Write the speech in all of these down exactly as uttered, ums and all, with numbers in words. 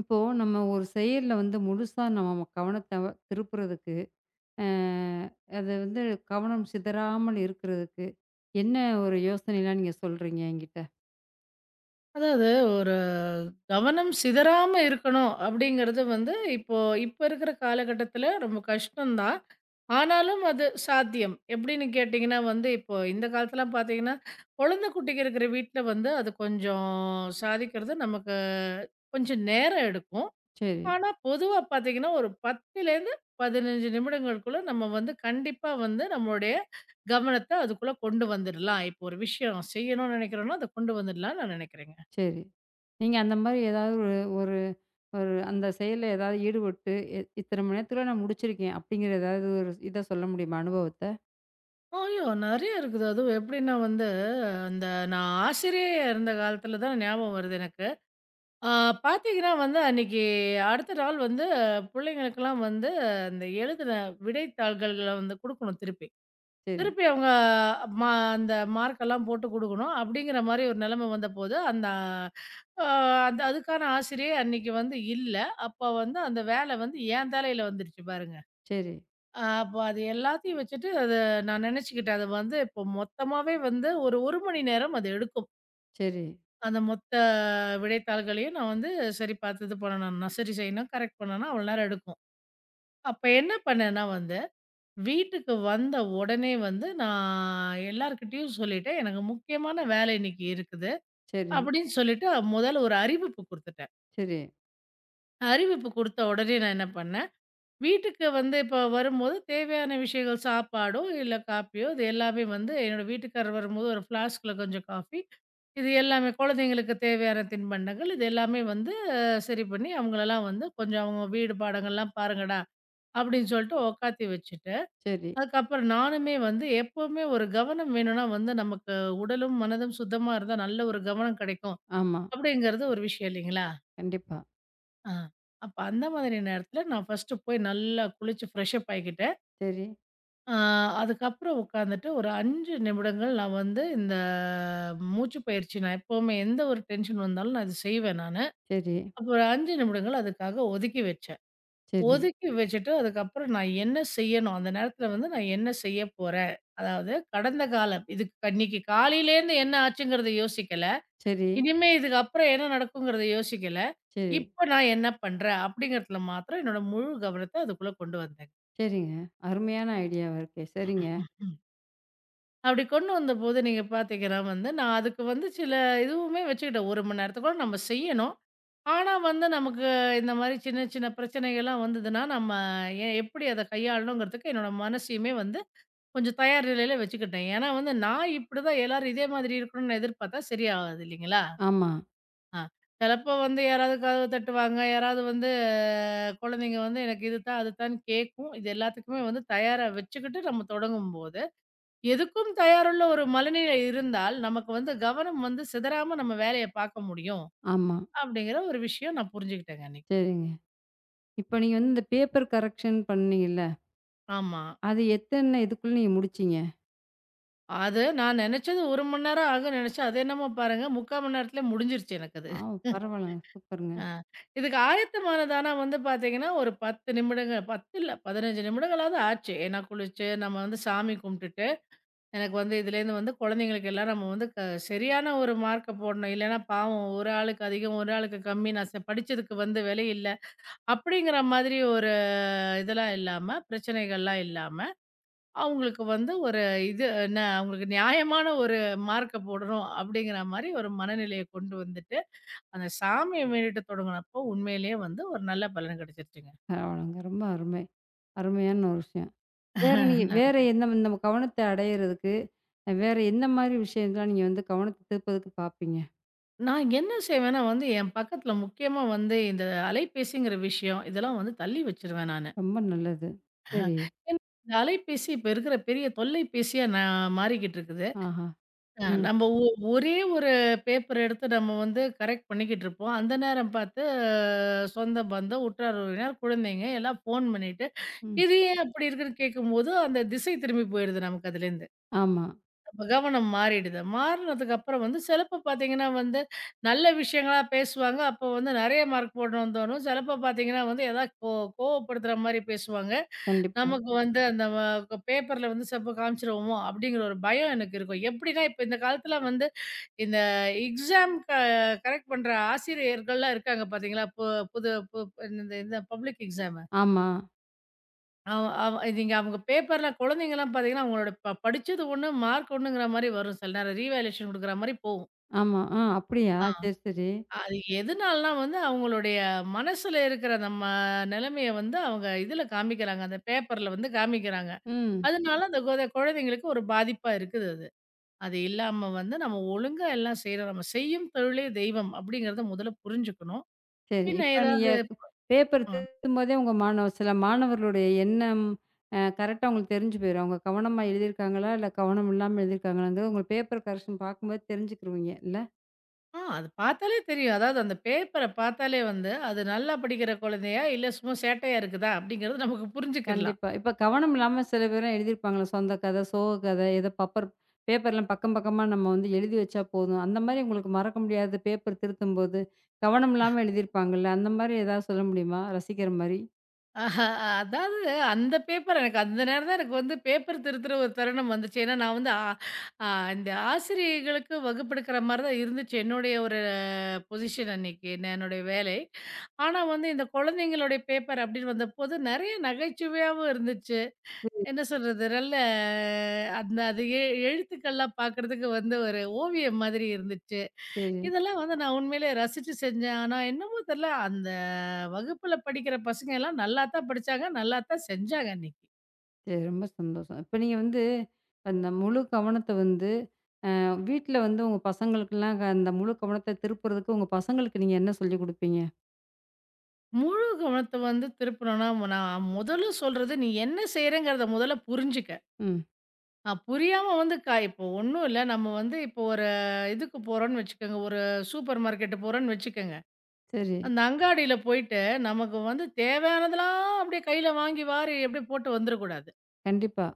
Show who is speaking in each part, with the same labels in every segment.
Speaker 1: இப்போ நம்ம ஒரு செயல்ல வந்து முழுசா நம்ம கவனத்த திருப்புறதுக்கு, அ அது வந்து கவனம் சிதறாமல் இருக்கிறதுக்கு, என்ன ஒரு யோசனைலாம் நீங்க சொல்றீங்க என்கிட்ட?
Speaker 2: அதாவது ஒரு கவனம் சிதறாம இருக்கணும் அப்படிங்கிறது வந்து இப்போ இப்ப இருக்கிற காலகட்டத்துல ரொம்ப கஷ்டம்தான். ஆனாலும் அது சாத்தியம். எப்படின்னு கேட்டீங்கன்னா வந்து, இப்போ இந்த காலத்துலலாம் பார்த்தீங்கன்னா, குழந்தை குட்டிங்க இருக்கிற வீட்ல வந்து அது கொஞ்சம் சாதிக்கிறது நமக்கு கொஞ்சம் நேரம் எடுக்கும்.
Speaker 1: சரி,
Speaker 2: ஆனா பொதுவா பார்த்தீங்கன்னா, ஒரு 10லேருந்து பதினைந்து நிமிடங்களுக்குள்ள நம்ம வந்து கண்டிப்பா வந்து நம்மளுடைய கவனத்த அதுக்குள்ள கொண்டு வந்துடலாம். இப்போ ஒரு விஷயம் செய்யணும்னு நினைக்கிறோம்னா, அத கொண்டு வந்துடலாம்னு நான் நினைக்கிறேங்க.
Speaker 1: சரி. நீங்க அந்த மாரி ஏதாவது ஒரு ஒரு ஒரு அந்த செயல்ல ஏதாவது ஈடுபட்டு, இ இத்தனை மணி நேரத்துக்குள்ள நான் முடிச்சிருக்கேன் அப்படிங்கிற ஏதாவது ஒரு இத சொல்ல முடியுமா அனுபவத்த?
Speaker 2: ஐயோ! நெறைய இருக்குது. அதுவும் எப்படின்னா வந்து, அந்த நான் ஆசிரியையா இருந்த காலத்தில தான் ஞாபகம் வருது எனக்கு. ஆ. பார்த்தீங்கன்னா வந்து, அன்னைக்கு அடுத்த நாள் வந்து பிள்ளைங்களுக்கெல்லாம் வந்து அந்த எழுதின விடைத்தாள்கள்ல வந்து குடுக்கணும் திருப்பி.
Speaker 1: சரி,
Speaker 2: திருப்பி அவங்க மா அந்த மார்க்கெல்லாம் போட்டு குடுக்கணும். அப்படிங்கிற மாரி ஒரு நிலைமை வந்தபோது, அந்த அ அந்த அதுக்கான ஆசிரியை அன்னைக்கு வந்து இல்ல. அப்ப வந்து அந்த வேலை வந்து என் தலையில வந்துருச்சு பாருங்க.
Speaker 1: சரி,
Speaker 2: அ அப்ப அது எல்லாத்தையும் வச்சுட்டு அத நான் நினச்சுக்கிட்டேன். அது வந்து இப்போ மொத்தமாவே வந்து ஒரு 1 மணி நேரம் அது எடுக்கும்.
Speaker 1: சரி,
Speaker 2: அந்த மொத்த விடைத்தாள்களையும் நான் வந்து சரி பார்த்து இது பண்ணணும், நான் சரி செய்யணும், கரெக்ட் பண்ணணும்னா அவ்வளோ நேரம் எடுக்கும். அப்ப என்ன பண்ணேன்னா வந்து, வீட்டுக்கு வந்த உடனே வந்து நான் எல்லார்கிட்டயும் சொல்லிட்டேன். எனக்கு முக்கியமான வேலை இன்னைக்கு இருக்குது.
Speaker 1: சரி,
Speaker 2: அப்படின்னு சொல்லிட்டு முதல்ல ஒரு அறிவிப்பு குடுத்துட்டேன்.
Speaker 1: சரி,
Speaker 2: அறிவிப்பு குடுத்த உடனே நான் என்ன பண்ணேன், வீட்டுக்கு வந்து இப்போ வரும்போது தேவையான விஷயங்கள் சாப்பாடோ, இல்ல காப்பியோ இது எல்லாமே வந்து என்னோட வீட்டுக்காரர் வரும்போது ஒரு ஃப்ளாஸ்க்ல கொஞ்சம் காஃபி, இது எல்லாமே குழந்தைங்களுக்கு தேவையான தின்பண்டங்கள் இது எல்லாமே வந்து அஹ், சரி பண்ணி அவங்களலாம் வந்து கொஞ்சம் அவங்க வீடு பாடங்கள்லாம் பாருங்கடா அப்படின்னு சொல்லிட்டு உக்காத்தி வச்சுட்டு,
Speaker 1: சரி.
Speaker 2: அதுக்கப்புறம் நானுமே வந்து எப்பவுமே ஒரு கவனம் வேணும்னா வந்து நமக்கு உடலும், மனதும் சுத்தமா இருந்தா நல்ல ஒரு கவனம் கிடைக்கும்
Speaker 1: ஆமா.
Speaker 2: அப்படிங்கிறது ஒரு விஷயம் இல்லைங்களா?
Speaker 1: கண்டிப்பா.
Speaker 2: ஆ. அப்ப அந்த மாதிரி நேரத்துல நான் ஃபர்ஸ்ட்டு போய் நல்லா குளிச்சு ஃப்ரெஷ் அப் ஆகிக்கிட்டேன்.
Speaker 1: சரி,
Speaker 2: ஆ. அதுக்கப்புறம் உட்காந்துட்டு ஒரு ஐந்து நிமிடங்கள் நான் வந்து இந்த மூச்சு பயிற்சி நான் எப்பவுமே எந்த ஒரு டென்ஷன் வந்தாலும் நான் இது செய்வேன் நானு.
Speaker 1: சரி,
Speaker 2: அப்ப ஒரு ஐந்து நிமிடங்கள் அதுக்காக ஒதுக்கி வச்சேன்.
Speaker 1: சரி,
Speaker 2: ஒதுக்கி வச்சுட்டு அதுக்கப்புறம் நான் என்ன செய்யணும், அந்த நேரத்துல வந்து நான் என்ன செய்ய போறேன்? அதாவது கடந்த காலம் இதுக்கு க- இன்னைக்கு காலையிலேருந்து என்ன ஆச்சுங்கிறத யோசிக்கல.
Speaker 1: சரி,
Speaker 2: இனிமே இதுக்கு அப்புறம் என்ன நடக்குங்கிறத யோசிக்கல.
Speaker 1: சரி.
Speaker 2: இப்ப நான் என்ன பண்றேன்? அப்படிங்கிறதுல மாத்திரம் என்னோட முழு கவனத்த அதுக்குள்ள கொண்டு வந்தேங்க.
Speaker 1: சரிங்க. அருமையான ஐடியாவா இருக்கே! சரிங்க.
Speaker 2: அப்படி கொண்டு வந்தபோது நீங்க பார்த்தீங்கன்னா வந்து, நான் அதுக்கு வந்து சில இதுவுமே வச்சுக்கிட்டேன். ஒரு மணி நேரத்துக்குள்ள நம்ம செய்யணும். ஆனா வந்து நமக்கு இந்த மாரி சின்ன சின்ன பிரச்சனைகள்லாம் வந்ததுன்னா, நம்ம எ எப்படி அத கையாளணுங்கிறதுக்கு என்னோட மனசையுமே வந்து கொஞ்சம் தயார் நிலையில வச்சுக்கிட்டேன். ஏன்னா வந்து நான் இப்படிதான் எல்லாரும் இதே மாதிரி இருக்கணும்னு எதிர்பார்த்தா சரியாகாது இல்லைங்களா?
Speaker 1: ஆமா,
Speaker 2: ஆ. சிலப்போ வந்து யாராவது கதவு தட்டுவாங்க. யாராவது வந்து அஹ், குழந்தைங்க வந்து எனக்கு இதுதான் அதுதான் கேட்கும். இது எல்லாத்துக்குமே வந்து தயாரா வச்சுக்கிட்டு நம்ம தொடங்கும்போது எதுக்கும் தயாருள்ள ஒரு மனநிலை இருந்தால், நமக்கு வந்து கவனம் வந்து சிதறாம நம்ம வேலைய பாக்க முடியும்.
Speaker 1: ஆமா.
Speaker 2: அப்படிங்கிற ஒரு விஷயம் நான் புரிஞ்சுகிட்டேங்க அன்னைக்கு.
Speaker 1: சரிங்க. இப்ப நீங்க வந்து இந்த பேப்பர் கரெக்ஷன் பண்ணீங்கல்ல,
Speaker 2: ஆமா.
Speaker 1: அது எத்தன இதுக்குள்ள நீங்க முடிச்சீங்க?
Speaker 2: அது நான் நெனச்சது ஒரு மணி நேரம் ஆகும்னு நெனச்சேன். அது என்னமோ பாருங்க முக்கால் மணி நேரத்திலே முடிஞ்சிருச்சு எனக்கு அது.
Speaker 1: ஆ, பரவால்லங்க. சூப்பருங்க.
Speaker 2: ஆ. இதுக்கு ஆயத்தமானது ஆனா வந்து பாத்தீங்கன்னா, ஒரு பத்து நிமிடங்கள், பத்து இல்ல பதினைந்து நிமிடங்களாவது ஆச்சு. ஏன்னா குளிச்சு, நம்ம வந்து சாமி கும்பிட்டுட்டு எனக்கு வந்து இதுலேருந்து வந்து குழந்தைங்களுக்கு எல்லாம் நம்ம வந்து க சரியான ஒரு மார்க்க போடணும். இல்லன்னா பாவம் ஒரு ஆளுக்கு அதிகம், ஒரு ஆளுக்கு கம்மி. நான் ச படிச்சதுக்கு வந்து விலை இல்ல. அப்படிங்கிற மாதிரி ஒரு இதெல்லாம் இல்லாம, பிரச்சனைகள்லாம் இல்லாம, அவங்களுக்கு வந்து ஒரு இது என்ன அவங்களுக்கு நியாயமான ஒரு மார்க்க போடணும் அப்படிங்கிற மாரி ஒரு மனநிலைய கொண்டு வந்துட்டு, அந்த சாமிய மேலிட்டு தொடங்குனப்போ உண்மையிலேயே வந்து ஒரு நல்ல பலன் கிடைச்சிருச்சுங்க.
Speaker 1: பரவால்லங்க. ரொம்ப அருமை. அருமையான ஒரு விஷயம். வேற நீங்க வேற
Speaker 2: நன்றி.
Speaker 1: எந்த நம்ம கவனத்த அடையறதுக்கு, வேற எந்த மாரி விஷயம்லாம் நீங்க வந்து கவனத்த திருப்பதுக்கு பார்ப்பீங்க?
Speaker 2: நான் என்ன செய்வேன்னா வந்து, என் பக்கத்துல முக்கியமா வந்து இந்த அலைபேசிங்கிற விஷயம், இதெல்லாம் வந்து தள்ளி வச்சுருவேன் நானு.
Speaker 1: ரொம்ப நல்லது. சரி.
Speaker 2: ஏன்னா, இந்த அலைபேசி இப்ப இருக்கிற பெரிய தொல்லைபேசியா நான் மாறிக்கிட்டு இருக்குது.
Speaker 1: ஆஹா!
Speaker 2: அ
Speaker 1: ம்,
Speaker 2: நம்ம ஒ ஒரே ஒரு பேப்பர் எடுத்து நம்ம வந்து கரெக்ட் பண்ணிக்கிட்டு இருப்போம். அந்த நேரம் பார்த்து அஹ், சொந்த பந்தம், உற்றார் உறவினர், குழந்தைங்க எல்லாம் ஃபோன் பண்ணிட்டு,
Speaker 1: ம்.
Speaker 2: "இது ஏன் அப்படி இருக்குன்னு?" கேட்கும்போது, அந்த திசை திரும்பி போயிடுது நமக்கு அதுலேருந்து.
Speaker 1: ஆமா.
Speaker 2: கவனம் மாறிடுது. மாறுனதுக்கு அப்புறம் வந்து சிலப்ப பார்த்தீங்கன்னா வந்து, நல்ல விஷயங்களா பேசுவாங்க. அப்போ வந்து நெறைய மார்க் போடணும்னு தோணும். சிலப்ப பார்த்தீங்கன்னா வந்து ஏதாவது கோ கோவப்படுத்துற மாரி பேசுவாங்க.
Speaker 1: கண்டிப்பா.
Speaker 2: நமக்கு வந்து அந்த வ பேப்பர்ல வந்து சிலப்ப காமிச்சுருவோமோ! அப்படிங்கிற ஒரு பயம் எனக்கு இருக்கும். எப்படின்னா, இப்ப இந்த காலத்துல வந்து இந்த எக்ஸாம் க கரெக்ட் பண்ற ஆசிரியர்கள்லாம் இருக்காங்க பார்த்தீங்களா? பு புது பு இந்த இந்த பப்ளிக் எக்ஸாம்
Speaker 1: ஆமா,
Speaker 2: அவ அவ இது இங்க அவங்க பேப்பர்லாம் குழந்தைங்கலாம் பார்த்தீங்கன்னா, அவங்களோட ப படிச்சது ஒண்ணு, மார்க் ஒண்ணுங்கிற மாரி வரும். சில நேரம் ரீவேல்யூயேஷன் குடுக்குற மாரி போகும்.
Speaker 1: ஆமா. ஆ அப்படியா?
Speaker 2: ஆ.
Speaker 1: சரி, சரி.
Speaker 2: அது எதுனாலனா வந்து அவங்களுடைய மனசுல இருக்கிற நம்ம நிலைமைய வந்து அவங்க இதுல காமிக்கிறாங்க. அந்த பேப்பர்ல வந்து காமிக்கிறாங்க.
Speaker 1: ம்.
Speaker 2: அதனால அந்த கொத குழந்தைங்களுக்கு ஒரு பாதிப்பா இருக்குது அது. அது இல்லாம வந்து நம்ம ஒழுங்கா எல்லாம் செய்றோம். நம்ம செய்யும் தொழிலே தெய்வம் அப்படிங்கிறத முதல்ல புரிஞ்சுக்கணும்.
Speaker 1: சரி.
Speaker 2: பின்ன
Speaker 1: இப்ப நீங்க
Speaker 2: ஏதாவது
Speaker 1: பேப்பர்
Speaker 2: அ.
Speaker 1: திருத்தும்போதே உங்க மாணவ சில மாணவர்களுடைய எண்ணம் அ கரெக்ட்டா உங்களுக்கு தெரிஞ்சு போயிரும். அவங்க கவனமா எழுதியிருக்காங்களா? இல்ல கவனம் இல்லாம எழுதியிருக்காங்களாங்கிறது உங்க பேப்பர் கரெக்ஷன் பார்க்கும்போது தெரிஞ்சுக்குருவீங்க இல்ல?
Speaker 2: ஆ, அது பார்த்தாலே தெரியும். அதாவது அந்த பேப்பர பார்த்தாலே வந்து, அது நல்லா படிக்கிற குழந்தையா? இல்ல சும்மா சேட்டையா இருக்குதா? அப்படிங்கிறது நமக்கு புரிஞ்சுக்கிரலாம்.
Speaker 1: கண்டிப்பா. இப்ப கவனம் இல்லாம சில பேர்லாம் எழுதியிருப்பாங்கள்ல. சொந்த கதை, சோக கதை ஏதோ பப்பர் பேப்பர்லாம் பக்கம் பக்கமா நம்ம வந்து எழுதி வச்சா போதும். அந்த மாரி உங்களுக்கு மறக்க முடியாத பேப்பர் திருத்தும்போது கவனம் இல்லாம எழுதியிருப்பாங்கள்ல. அந்த மாரி ஏதாவது சொல்ல முடியுமா? ரசிக்கிற மாரி?
Speaker 2: ஆஹா, அதாவது அந்த பேப்பர் எனக்கு அந்த நேரம் தான் எனக்கு வந்து பேப்பர் திருத்துற ஒரு தருணம் வந்துச்சு. ஏன்னா நான் வந்து ஆ ஆ இந்த ஆசிரியைகளுக்கு வகுப்பெடுக்கிற மாரி தான் இருந்துச்சு. என்னுடைய ஒரு பொசிஷன் அன்னைக்கு, நான் என்னுடைய வேலை. ஆனா வந்து இந்த குழந்தைங்களுடைய பேப்பர் அப்படின்னு வந்தபோது, நெறைய நகைச்சுவையாவும் இருந்துச்சு. என்ன சொல்றது? நல்ல அந்த அது எ எழுத்துக்கள்லாம் பார்க்கறதுக்கு வந்து ஒரு ஓவியம் மாதிரி இருந்துச்சு.
Speaker 1: சரி,
Speaker 2: இதெல்லாம் வந்து நான் உண்மையிலேயே ரசிச்சு செஞ்சேன். ஆனா என்னமோ தெர்ல, அந்த வகுப்புல படிக்கிற பசங்க எல்லாம் நல்லா தான் படிச்சாங்க, நல்லா தான் செஞ்சாங்க அன்னைக்கு.
Speaker 1: சரி. ரொம்ப சந்தோஷம். இப்ப நீங்க வந்து அந்த முழு கவனத்த வந்து வீட்ல வந்து உங்க பசங்களுக்கெல்லாம் க அந்த முழு கவனத்த திருப்புறதுக்கு உங்க பசங்களுக்கு நீங்க என்ன சொல்லிக் குடுப்பீங்க?
Speaker 2: முழு கவனத்த வந்து திருப்புனோம்னா, நான் முதல்ல சொல்றது நீ என்ன செய்றேங்கிறத முதல்ல புரிஞ்சுக்க.
Speaker 1: ம்.
Speaker 2: அ புரியாம வந்து க இப்போ ஒண்ணும் இல்ல. நம்ம வந்து இப்போ ஒரு இதுக்கு போறோம்ன்னு வச்சுக்கோங்க. ஒரு சூப்பர் மார்க்கெட் போறோம்ன்னு வச்சுக்கங்க.
Speaker 1: சரி.
Speaker 2: அந்த அங்காடியில போயிட்டு, நமக்கு வந்து தேவையானதெல்லாம் அப்படியே கையில வாங்கி வாரி அப்படியே போட்டு வந்துரக்கூடாது.
Speaker 1: கண்டிப்பா,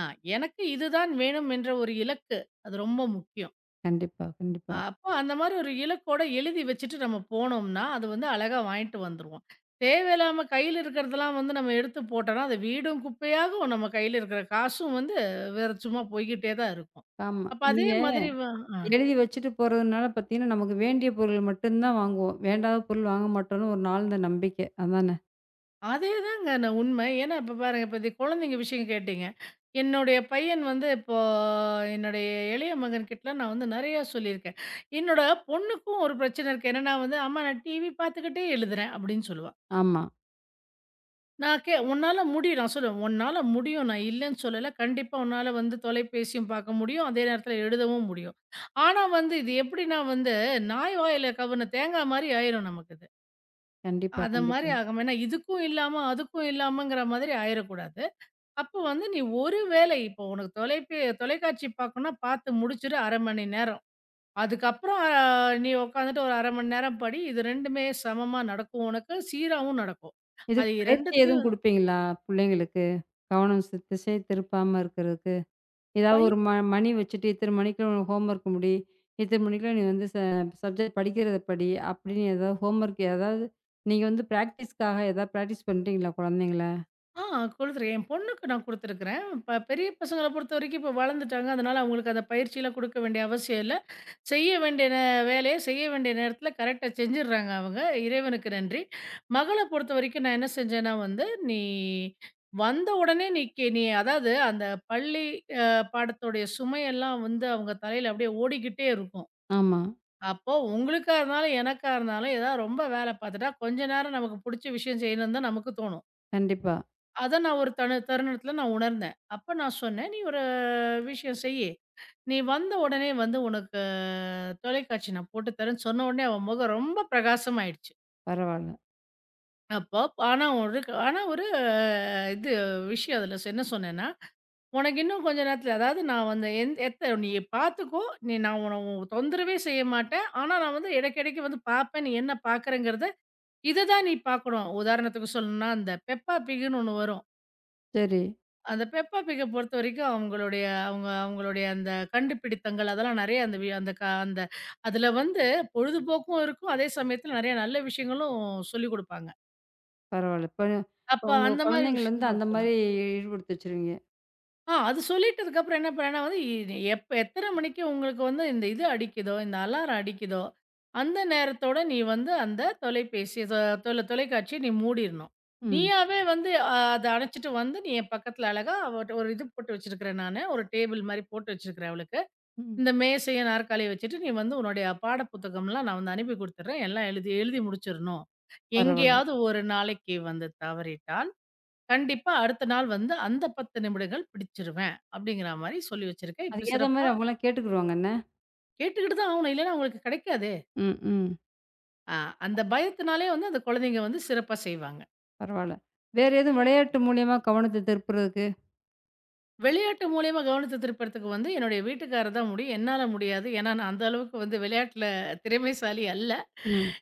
Speaker 2: ஆ. எனக்கு இதுதான் வேணும் என்ற ஒரு இலக்கு. அது ரொம்ப முக்கியம்.
Speaker 1: கண்டிப்பா,
Speaker 2: ஆ,
Speaker 1: கண்டிப்பா.
Speaker 2: அப்போ அந்த மாரி ஒரு இலக்கோட எழுதி வச்சுட்டு நம்ம போனோம்னா, அது வந்து அழகா வாங்கிட்டு வந்துருவோம். தேவையில்லாம கையில இருக்கிறதெல்லாம் வந்து நம்ம எடுத்து போட்டோம்னா, அது வீடும் குப்பையாகும். நம்ம கையில இருக்கிற காசும் வந்து வேற சும்மா போய்க்கிட்டே தான் இருக்கும்.
Speaker 1: ஆமா.
Speaker 2: அப்ப அதே
Speaker 1: நீங்க
Speaker 2: மாதிரி வ ஆ.
Speaker 1: எழுதி வச்சுட்டு போறதுனால பார்த்தீங்கன்னா, நமக்கு வேண்டிய பொருள் மட்டும் தான் வாங்குவோம். வேண்டாத பொருள் வாங்க மாட்டோம்னு ஒரு நாள்ந்த நம்பிக்கை. அதானே?
Speaker 2: அதேதாங்க நான் உண்மை. ஏன்னா இப்ப பாருங்க, இப்ப இந்த குழந்தைங்க விஷயம் கேட்டீங்க. என்னுடைய பையன் வந்து இப்போ என்னுடைய இளைய மகன்கிட்டலாம் நான் வந்து நெறையா சொல்லியிருக்கேன். என்னோட பொண்ணுக்கும் ஒரு பிரச்சனை இருக்கு. என்னன்னா வந்து, "அம்மா நான் டிவி பார்த்துக்கிட்டே எழுதுறேன்" அப்படின்னு சொல்லுவா.
Speaker 1: ஆமா.
Speaker 2: நான் கே "உன்னால முடியும்" நான் சொல்லுவேன், "உன்னால முடியும். நான் இல்லன்னு சொல்லல. கண்டிப்பா உன்னால வந்து தொலைபேசியும் பார்க்க முடியும். அதே நேரத்தில எழுதவும் முடியும். ஆனா வந்து இது எப்படின்னா வந்து, நாய் வாயில கவுன தேங்காய் மாரி ஆயிரும் நமக்கு இது.
Speaker 1: கண்டிப்பா,
Speaker 2: அது மாரி
Speaker 1: கண்டிப்பா.
Speaker 2: ஆகாம ஏன்னா இதுக்கும் இல்லாம, அதுக்கும் இல்லாமங்கிற மாதிரி ஆயிரக்கூடாது." அப்போ வந்து நீ ஒரு வேளை இப்போ உனக்கு தொலைபே தொலைக்காட்சி பார்க்கணும்னா பார்த்து முடிச்சுரு அரை மணி நேரம். அதுக்கப்புறம் அ நீ உட்காந்துட்டு ஒரு அரை மணி நேரம் படி. இது இரண்டுமே சமமா நடக்கும் உனக்கு. சீராவும் நடக்கும். அது
Speaker 1: இதுக்கு பயிற்சி எதுவும்
Speaker 2: 2த்தையும்
Speaker 1: குடுப்பீங்களா? பிள்ளைங்களுக்கு கவனம் ஸ் திசை திருப்பாம இருக்கிறதுக்கு? ஏதாவது
Speaker 2: பை
Speaker 1: ஒரு ம மணி வச்சுட்டு இத்தனை மணிக்குள்ள உனக்கு ஹோம் ஒர்க் முடி. இத்தனை மணிக்குள்ள நீ வந்து ச சப்ஜெக்ட் படிக்கிறத படி. அப்படின்னு ஏதாவது ஹோம் ஒர்க் ஏதாவது நீங்க வந்து பிராக்டிஸ்க்காக ஏதாவது பிராக்டிஸ் பண்றீங்களா குழந்தைங்கள?
Speaker 2: ஆ குடுத்துருக்கேன். என் பொண்ணுக்கு நான் குடுத்துருக்கிறேன். ப பெரிய பசங்கள பொறுத்தவரைக்கும் இப்போ வளர்ந்துட்டாங்க. அதனால அவங்களுக்கு அந்த பயிற்சிலாம் குடுக்க வேண்டிய அவசியம் இல்ல. செய்ய வேண்டிய நே வேலைய செய்ய வேண்டிய நேரத்தில கரெக்ட்டா செஞ்சுடுறாங்க அவங்க. இறைவனுக்கு நன்றி. மகள பொறுத்தவரைக்கும் நான் என்ன செஞ்சேன்னா வந்து, "நீ வந்த உடனே நீ கே நீ அதாவது அந்த பள்ளி அ பாடத்தோடைய சுமையெல்லாம் வந்து அவங்க தலையில அப்படியே ஓடிக்கிட்டே இருக்கும்.
Speaker 1: ஆமா.
Speaker 2: அப்போ உங்களுக்கா இருந்தாலும், எனக்கா இருந்தாலும் ஏதாவது ரொம்ப வேல பாத்துட்டா, கொஞ்ச நேரம் நமக்கு புடிச்ச விஷயம் செய்யணும்னு தான் நமக்கு தோணும்."
Speaker 1: கண்டிப்பா.
Speaker 2: அத நான் ஒரு தணு தருணத்துல நான் உணர்ந்தேன். அப்ப நான் சொன்னேன், "நீ ஒரு விஷயம் செய்யி. நீ வந்த உடனே வந்து உனக்கு தொலைக்காட்சி நான் போட்டு தரேன்னு" சொன்ன உடனே அவன் முகம் ரொம்ப பிரகாசமாயிடுச்சு.
Speaker 1: பரவால்ல.
Speaker 2: அப்போ ஆனா ஒரு ஆனா ஒரு அஹ், இது விஷயம் அதுல சொ- என்ன சொன்னேன்னா, "உனக்கு இன்னும் கொஞ்ச நேரத்துல அதாவது நான் வந்து எந் எத்த நீ பார்த்துக்கோ. நீ நான் உன உ தொந்தரவே செய்ய மாட்டேன். ஆனா நான் வந்து இடைக்கிடைக்கு வந்து பார்ப்பேன். நீ என்ன பார்க்குறேங்கிறத இத தான் நீ பார்க்கணும்." உதாரணத்துக்கு சொல்லணும்னா, அந்த பெப்பா பிக்ன்னு ஒண்ணு வரும்.
Speaker 1: சரி.
Speaker 2: அந்த பெப்பா பிக்க பொறுத்தவரைக்கும் அவங்களுடைய அவங்க அவங்களுடைய அந்த கண்டுபிடித்தங்கள் அதெல்லாம் நெறைய அந்த வி அந்த க அந்த அதுல வந்து பொழுதுபோக்கும் இருக்கும். அதே சமயத்துல நெறைய நல்ல விஷயங்களும் சொல்லிக் குடுப்பாங்க.
Speaker 1: பரவால்ல. இப்ப
Speaker 2: அப்ப
Speaker 1: உங்க
Speaker 2: அந்த மாரி
Speaker 1: குழந்தைங்கள வந்து
Speaker 2: விஷயம்
Speaker 1: அந்த மாரி ஈடுபடுத்தி வச்சுருவீங்க.
Speaker 2: ஆ. அது சொல்லிட்டதுக்கப்புறம் என்ன பண்ணேன்னா வந்து, இ எப்ப எத்தன மணிக்கு உங்களுக்கு வந்து இந்த இது அடிக்குதோ, இந்த அலாரம் அடிக்குதோ, அந்த நேரத்தோட நீ வந்து அந்த தொலைபேசிய தொ தொல தொலைக்காட்சிய நீ மூடிறணும்.
Speaker 1: ம்.
Speaker 2: நீயாவே வந்து அ அத அணைச்சுட்டு வந்து, நீ என் பக்கத்துல அழகா அவட்ட ஒரு இது போட்டு வச்சிருக்கிறேன் நானு. ஒரு டேபிள் மாரி போட்டு வச்சிருக்கிறேன் அவளுக்கு.
Speaker 1: ம்.
Speaker 2: இந்த மேசையும், நாற்காலியும் வச்சுட்டு, நீ வந்து உன்னுடைய பாட புத்தகம்லாம் நான் வந்து அனுப்பி குடுத்துடுறேன். எல்லாம் எழுதி எழுதி முடிச்சிறணும்.
Speaker 1: பரவால்ல.
Speaker 2: எங்கேயாவது ஒரு நாளைக்கு வந்து தவறிட்டால் கண்டிப்பா அடுத்த நாள் வந்து அந்த பத்து நிமிடங்கள் பிடிச்சிருவேன். அப்படிங்கிற மாரி சொல்லி வச்சிருக்கேன். இப்ப
Speaker 1: அதுக்கு ஏத்த மாரி
Speaker 2: சிறப்பா
Speaker 1: அவங்கலாம் கேட்டுக்குருவாங்க என்ன?
Speaker 2: கேட்டுக்கிட்டு தான் ஆவணும். இல்லன்னா அவங்களுக்கு கிடைக்காதே.
Speaker 1: ம். ம்.
Speaker 2: அ அந்த பயத்தினாலே வந்து அந்த குழந்தைங்க வந்து சிறப்பா செய்வாங்க.
Speaker 1: பரவால்ல. வேற எதுவும் விளையாட்டு மூலியமா கவனத்த திருப்புறதுக்கு?
Speaker 2: விளையாட்டு மூலியமா கவனத்த திருப்புறதுக்கு வந்து என்னுடைய வீட்டுக்காரர் தான் முடியும். என்னால முடியாது. ஏன்னா, நான் அந்த அளவுக்கு வந்து விளையாட்டுல திறமைசாலி அல்ல.
Speaker 1: ம்.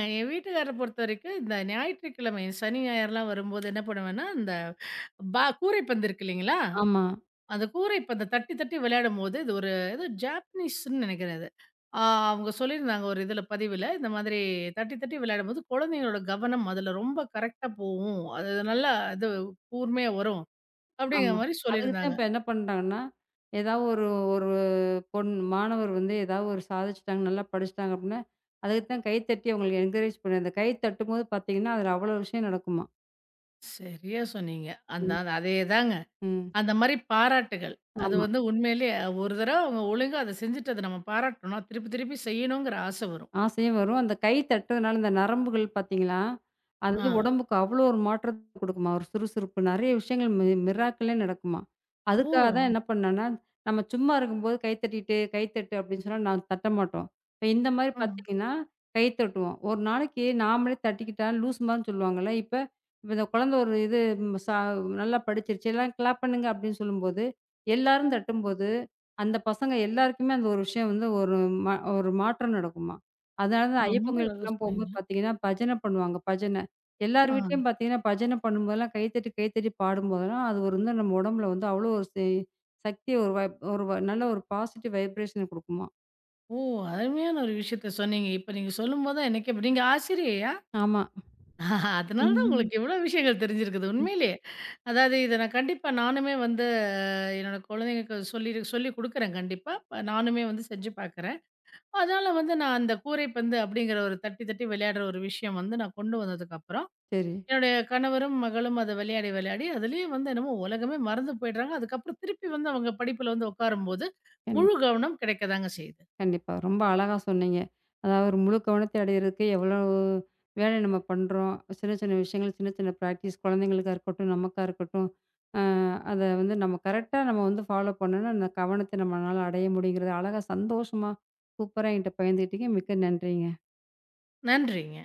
Speaker 2: என் வீட்டுக்காரர பொறுத்தவரைக்கும் இந்த ஞாயிற்றுக்கிழமை சனி, ஞாயிறுலாம் வரும்போது என்ன பண்ணுவேன்னா, இந்த பா கூடைப்பந்து இருக்கு இல்லைங்களா?
Speaker 1: ஆமா.
Speaker 2: அந்த கூரை இப்ப அந்த தட்டி தட்டி விளையாடும்போது, இது ஒரு ஏதோ ஜாப்பனீஸ்ன்னு நெனைக்கிறேன் அது. ஆ. அவங்க சொல்லியிருந்தாங்க ஒரு இதுல பதிவுல. இந்த மாதிரி தட்டி தட்டி விளையாடும்போது, குழந்தைங்களோட கவனம் அதுல ரொம்ப கரெக்ட்டா போவும். அது நல்லா இது கூர்மையா வரும். அப்படிங்கிற
Speaker 1: ஆமா.
Speaker 2: மாரி
Speaker 1: அதுக்கு தான்
Speaker 2: சொல்லியிருந்தாங்க.
Speaker 1: இப்ப என்ன பண்ட்டாங்கன்னா, ஏதாவது ஒரு ஒரு பொண் மாணவர் வந்து ஏதாவது ஒரு சாதிச்சுட்டாங்க, நல்லா படிச்சுட்டாங்க அப்படின்னா, அதுக்கு தான் கைத்தட்டி அவங்களுக்கு என்கரேஜ் பண்ண அந்த கை தட்டும்போது பார்த்தீங்கன்னா, அதுல அவ்வளோ விஷயம் நடக்குமாம்.
Speaker 2: சரியா சொன்னீங்க. அந்த
Speaker 1: ம்.
Speaker 2: அது அதேதாங்க.
Speaker 1: ம்.
Speaker 2: அந்த மாரி பாராட்டுகள். அது வந்து உண்மையிலேயே ஒரு தடவ அவங்க ஒழுங்கா அத செஞ்சுட்டு அத நம்ம பாராட்டணும்னா, திருப்பி திருப்பி செய்யணுங்கிற ஆசை வரும்.
Speaker 1: ஆசையும் வரும். அந்த கை தட்டுறதுனால இந்த நரம்புகள் பார்த்தீங்களா, அது
Speaker 2: ஆ.
Speaker 1: வந்து உடம்புக்கு அவ்வளோ ஒரு மாற்றத்த குடுக்குமா. ஒரு சுறுசுறுப்பு நெறைய விஷயங்கள் மி மிராக்கிளே நடக்குமா.
Speaker 2: ஓ!
Speaker 1: அதுக்காக தான் என்ன பண்ணேன்னா, நம்ம சும்மா இருக்கும்போது கை தட்டிட்டு, கை தட்டு அப்படின்னு சொன்னா நான் தட்ட மாட்டோம். இப்ப இந்த மாரி
Speaker 2: ம்.
Speaker 1: பார்த்தீங்கன்னா, கை தட்டுவோம். ஒரு நாளைக்கு நாமளே தட்டிக்கிட்டா லூஸ் மாரின்னு சொல்லுவாங்கல்ல. இப்ப இப்ப இந்த குழந்த ஒரு இது ம் சா நல்லா படிச்சிருச்சு. "எல்லாம் கிளாப் பண்ணுங்க" அப்படின்னு சொல்லும்போது, எல்லாரும் தட்டும்போது, அந்த பசங்க எல்லாருக்குமே அந்த ஒரு விஷயம் வந்து ஒரு மா ஒரு மாற்றம் நடக்குமா. அதனால தான்
Speaker 2: ரொம்ப
Speaker 1: ஐயப்பன்
Speaker 2: அழகா
Speaker 1: கோயிலுக்குலாம் போம்போது
Speaker 2: சொன்னீங்க.
Speaker 1: பார்த்தீங்கன்னா, பஜனை பண்ணுவாங்க, பஜனை. எல்லார்
Speaker 2: ஆ.
Speaker 1: வீட்லயும் பார்த்தீங்கன்னா, பஜனை பண்ணும்போதெல்லாம் கைத்தட்டி, கைத்தட்டி பாடும்போதெல்லாம், அது ஒரு இன்னும் நம்ம உடம்புல வந்து அவ்வளோ ஒரு சே சக்திய ஒரு வ ஒரு வ நல்ல ஒரு பாசிட்டிவ் வைப்ரேஷன குடுக்குமாம்.
Speaker 2: ஓ! அருமையான ஒரு விஷயத்த சொன்னீங்க. இப்ப நீங்க சொல்லும்போது தான் எனக்கே நீங்க ஆசிரியையா?
Speaker 1: ஆமா.
Speaker 2: அதனால தான்
Speaker 1: ம்.
Speaker 2: உங்களுக்கு இவ்வளோ விஷயங்கள் தெரிஞ்சிருக்குது
Speaker 1: ம்.
Speaker 2: உண்மையிலேயே. அதாவது இத நான் கண்டிப்பா நானுமே வந்து அஹ், என்னோட குழந்தைங்களுக்கு சொல்லி சொல்லிக் குடுக்குறேன் கண்டிப்பா. ப நானுமே வந்து செஞ்சு பார்க்குறேன். அதனால வந்து நான் அந்த கூரைப்பந்து அப்படிங்கிற ஒரு தட்டி தட்டி விளையாடுற ஒரு விஷயம் வந்து நான் கொண்டு வந்ததுக்கப்புறம்,
Speaker 1: சரி.
Speaker 2: என்னுடைய கணவரும், மகளும் அத விளையாடி விளையாடி அதிலேயே வந்து என்னமோ உலகமே மறந்து போயிடுறாங்க. அதுக்கப்புறம் திருப்பி வந்து அவங்க படிப்புல வந்து உட்காரும்போது, முழு
Speaker 1: கண்டிப்பா.
Speaker 2: கவனம் கிடைக்க தாங்க செய்யுது.
Speaker 1: கண்டிப்பா. ரொம்ப அழகா சொன்னீங்க. அதாவது ஒரு முழு கவனத்தை அடையிறதுக்கு எவ்வளோ வேலை நம்ம பண்றோம். சின்ன சின்ன விஷயங்கள், சின்ன சின்ன பிராக்டிஸ் குழந்தைங்களுக்கா இருக்கட்டும், நமக்கா இருக்கட்டும். அ அத வந்து நம்ம கரெக்ட்டா நம்ம வந்து ஃபாலோ பண்ணோம்னா, அந்த கவனத்த நம்மனால அடைய முடியுங்கிறத அழகா சந்தோஷமா, சூப்பரா என்கிட்ட பகிர்ந்துக்கிட்டீங்க. மிக்க நன்றிங்க.
Speaker 2: நன்றிங்க.